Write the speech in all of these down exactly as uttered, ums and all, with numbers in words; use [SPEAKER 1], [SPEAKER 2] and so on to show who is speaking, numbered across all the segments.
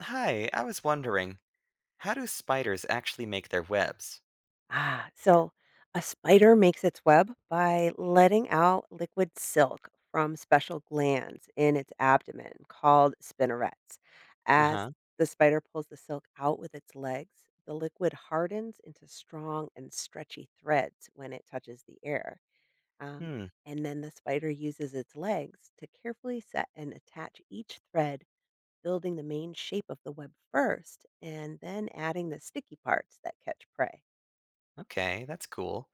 [SPEAKER 1] Hi, I was wondering, how do spiders actually make their webs?
[SPEAKER 2] Ah, so a spider makes its web by letting out liquid silk from special glands in its abdomen called spinnerets.
[SPEAKER 1] Uh
[SPEAKER 2] As
[SPEAKER 1] huh.
[SPEAKER 2] the spider pulls the silk out with its legs, the liquid hardens into strong and stretchy threads when it touches the air. Um,
[SPEAKER 1] Hmm,
[SPEAKER 2] and then the spider uses its legs to carefully set and attach each thread, building the main shape of the web first, and then adding the sticky parts that catch prey.
[SPEAKER 1] okay, that's cool.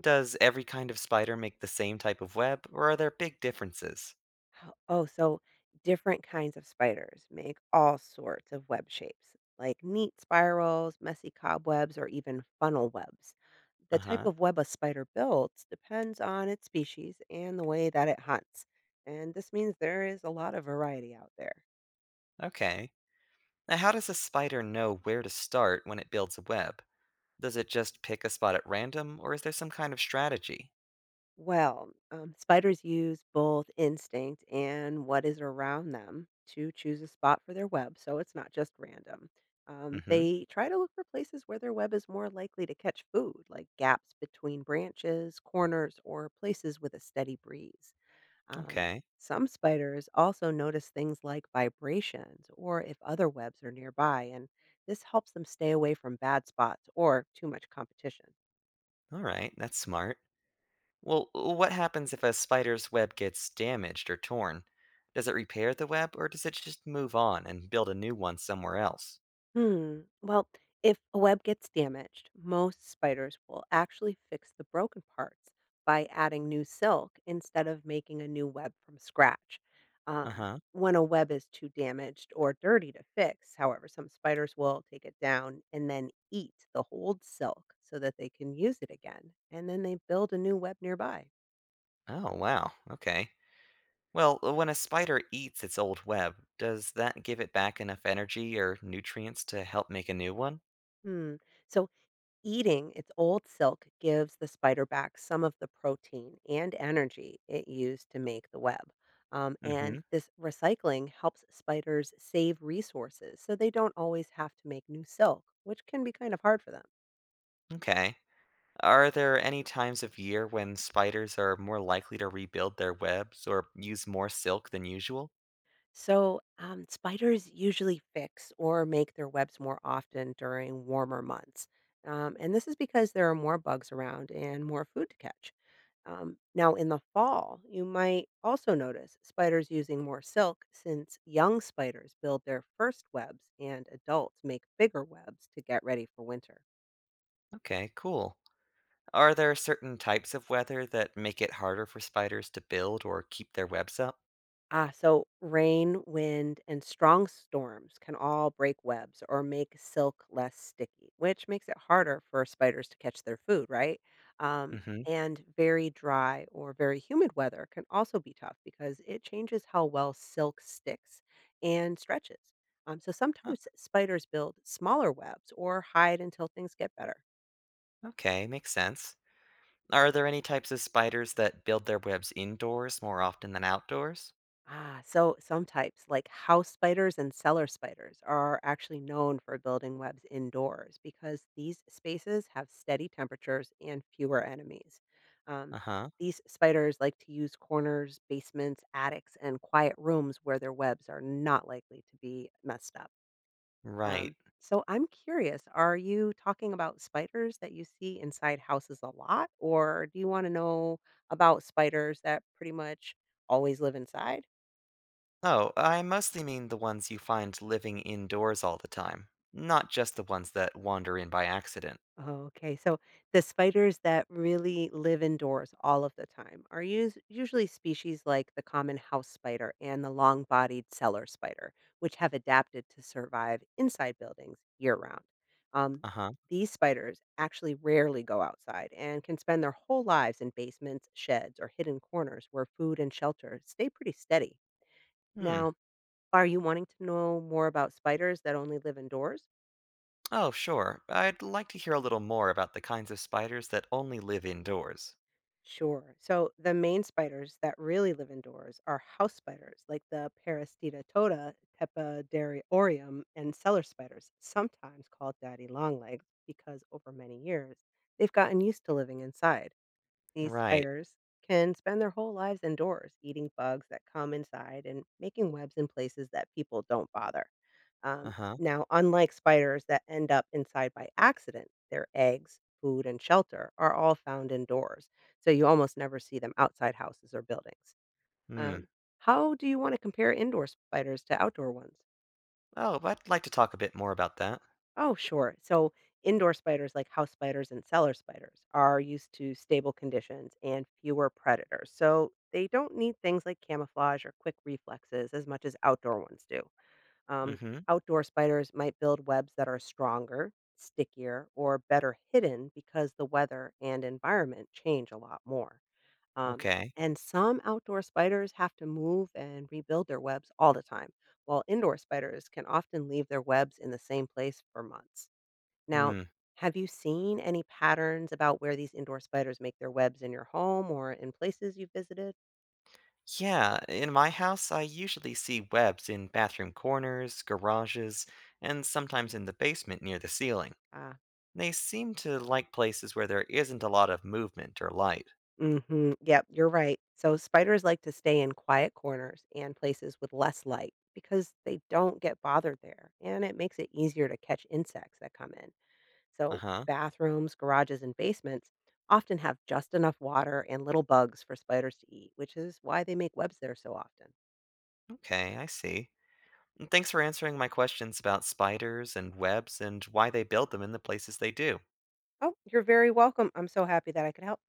[SPEAKER 1] Does every kind of spider make the same type of web, or are there big differences?
[SPEAKER 2] How oh, so different kinds of spiders make all sorts of web shapes, like neat spirals, messy cobwebs, or even funnel webs. The
[SPEAKER 1] Uh
[SPEAKER 2] type
[SPEAKER 1] huh.
[SPEAKER 2] of web a spider builds depends on its species and the way that it hunts. And this means there is a lot of variety out there.
[SPEAKER 1] Okay. Now, how does a spider know where to start when it builds a web? Does it just pick a spot at random, or is there some kind of strategy?
[SPEAKER 2] Well, um, spiders use both instinct and what is around them to choose a spot for their web, so it's not just random. Um,
[SPEAKER 1] Mm hmm.
[SPEAKER 2] they try to look for places where their web is more likely to catch food, like gaps between branches, corners, or places with a steady breeze. Um,
[SPEAKER 1] Okay.
[SPEAKER 2] some spiders also notice things like vibrations or if other webs are nearby, and this helps them stay away from bad spots or too much competition.
[SPEAKER 1] All right, that's smart. Well, uh, what happens if a spider's web gets damaged or torn? Does it repair the web or does it just move on and build a new one somewhere else?
[SPEAKER 2] Hmm. Well, if a web gets damaged, most spiders will actually fix the broken parts by adding new silk instead of making a new web from scratch.
[SPEAKER 1] Uh
[SPEAKER 2] Um,
[SPEAKER 1] huh.
[SPEAKER 2] when a web is too damaged or dirty to fix, however, some spiders will take it down and then eat the old silk so that they can use it again. And then they build a new web nearby.
[SPEAKER 1] Oh, wow. Okay. Well, uh, when a spider eats its old web, does that give it back enough energy or nutrients to help make a new one?
[SPEAKER 2] Hmm. So, Eating its old silk gives the spider back some of the protein and energy it used to make the web. Um,
[SPEAKER 1] Mm hmm.
[SPEAKER 2] and this recycling helps spiders save resources so they don't always have to make new silk, which can be kind of hard for them.
[SPEAKER 1] Okay. Are there any times of year when spiders are more likely to rebuild their webs or use more silk than usual?
[SPEAKER 2] So, um, spiders usually fix or make their webs more often during warmer months. Um, and this is because there are more bugs around and more food to catch. Um, now, in the fall, you might also notice spiders using more silk since young spiders build their first webs and adults make bigger webs to get ready for winter.
[SPEAKER 1] Okay, cool. Are there certain types of weather that make it harder for spiders to build or keep their webs up?
[SPEAKER 2] Ah, so rain, wind, and strong storms can all break webs or make silk less sticky, which makes it harder for spiders to catch their food, right? Um,
[SPEAKER 1] Mm-hmm.
[SPEAKER 2] and very dry or very humid weather can also be tough because it changes how well silk sticks and stretches. Um, so
[SPEAKER 1] Oh,
[SPEAKER 2] sometimes spiders build smaller webs or hide until things get better.
[SPEAKER 1] okay, makes sense. Are there any types of spiders that build their webs indoors more often than outdoors?
[SPEAKER 2] Ah, so some types, like house spiders and cellar spiders, are actually known for building webs indoors because these spaces have steady temperatures and fewer enemies. Um,
[SPEAKER 1] Uh-huh.
[SPEAKER 2] these spiders like to use corners, basements, attics, and quiet rooms where their webs are not likely to be messed up.
[SPEAKER 1] Right.
[SPEAKER 2] Um, so I'm curious, are you talking about spiders that you see inside houses a lot, or do you want to know about spiders that pretty much always live inside?
[SPEAKER 1] Oh, I mostly mean the ones you find living indoors all the time, not just the ones that wander in by accident.
[SPEAKER 2] Oh, okay. So the spiders that really live indoors all of the time are us- usually species like the common house spider and the long bodied cellar spider, which have adapted to survive inside buildings year round. Um,
[SPEAKER 1] Uh-huh.
[SPEAKER 2] these spiders actually rarely go outside and can spend their whole lives in basements, sheds, or hidden corners where food and shelter stay pretty steady.
[SPEAKER 1] Hmm.
[SPEAKER 2] Now, are you wanting to know more about spiders that only live indoors?
[SPEAKER 1] Oh, sure. I'd like to hear a little more about the kinds of spiders that only live indoors.
[SPEAKER 2] Sure. So the main spiders that really live indoors are house spiders like the Parasitida tota, Tepidariorium, and cellar spiders, sometimes called daddy longlegs because over many years they've gotten used to living inside. These
[SPEAKER 1] Right.
[SPEAKER 2] spiders can spend their whole lives indoors, eating bugs that come inside and making webs in places that people don't bother. Um,
[SPEAKER 1] Uh-huh.
[SPEAKER 2] Now, unlike spiders that end up inside by accident, their eggs, food, and shelter are all found indoors. So you almost never see them outside houses or buildings.
[SPEAKER 1] Hmm.
[SPEAKER 2] Um, how do you want to compare indoor spiders to outdoor ones?
[SPEAKER 1] Oh, but I'd like to talk a bit more about that.
[SPEAKER 2] Oh, sure. So indoor spiders like house spiders and cellar spiders are used to stable conditions and fewer predators. So they don't need things like camouflage or quick reflexes as much as outdoor ones do. Um,
[SPEAKER 1] Mm-hmm.
[SPEAKER 2] Outdoor spiders might build webs that are stronger, stickier, or better hidden because the weather and environment change a lot more. Um,
[SPEAKER 1] Okay.
[SPEAKER 2] and some outdoor spiders have to move and rebuild their webs all the time, while indoor spiders can often leave their webs in the same place for months. Now,
[SPEAKER 1] Hmm.
[SPEAKER 2] have you seen any patterns about where these indoor spiders make their webs in your home or in places you've visited?
[SPEAKER 1] Yeah, in my house, I usually see webs in bathroom corners, garages, and sometimes in the basement near the ceiling.
[SPEAKER 2] Ah,
[SPEAKER 1] They seem to like places where there isn't a lot of movement or light.
[SPEAKER 2] hmm Yep, you're right. So, spiders like to stay in quiet corners and places with less light because they don't get bothered there. And it makes it easier to catch insects that come in.
[SPEAKER 1] Uh
[SPEAKER 2] So,
[SPEAKER 1] huh.
[SPEAKER 2] bathrooms, garages, and basements often have just enough water and little bugs for spiders to eat, which is why they make webs there so often.
[SPEAKER 1] Okay, I see. And thanks for answering my questions about spiders and webs and why they build them in the places they do.
[SPEAKER 2] Oh, you're very welcome. I'm so happy that I could help.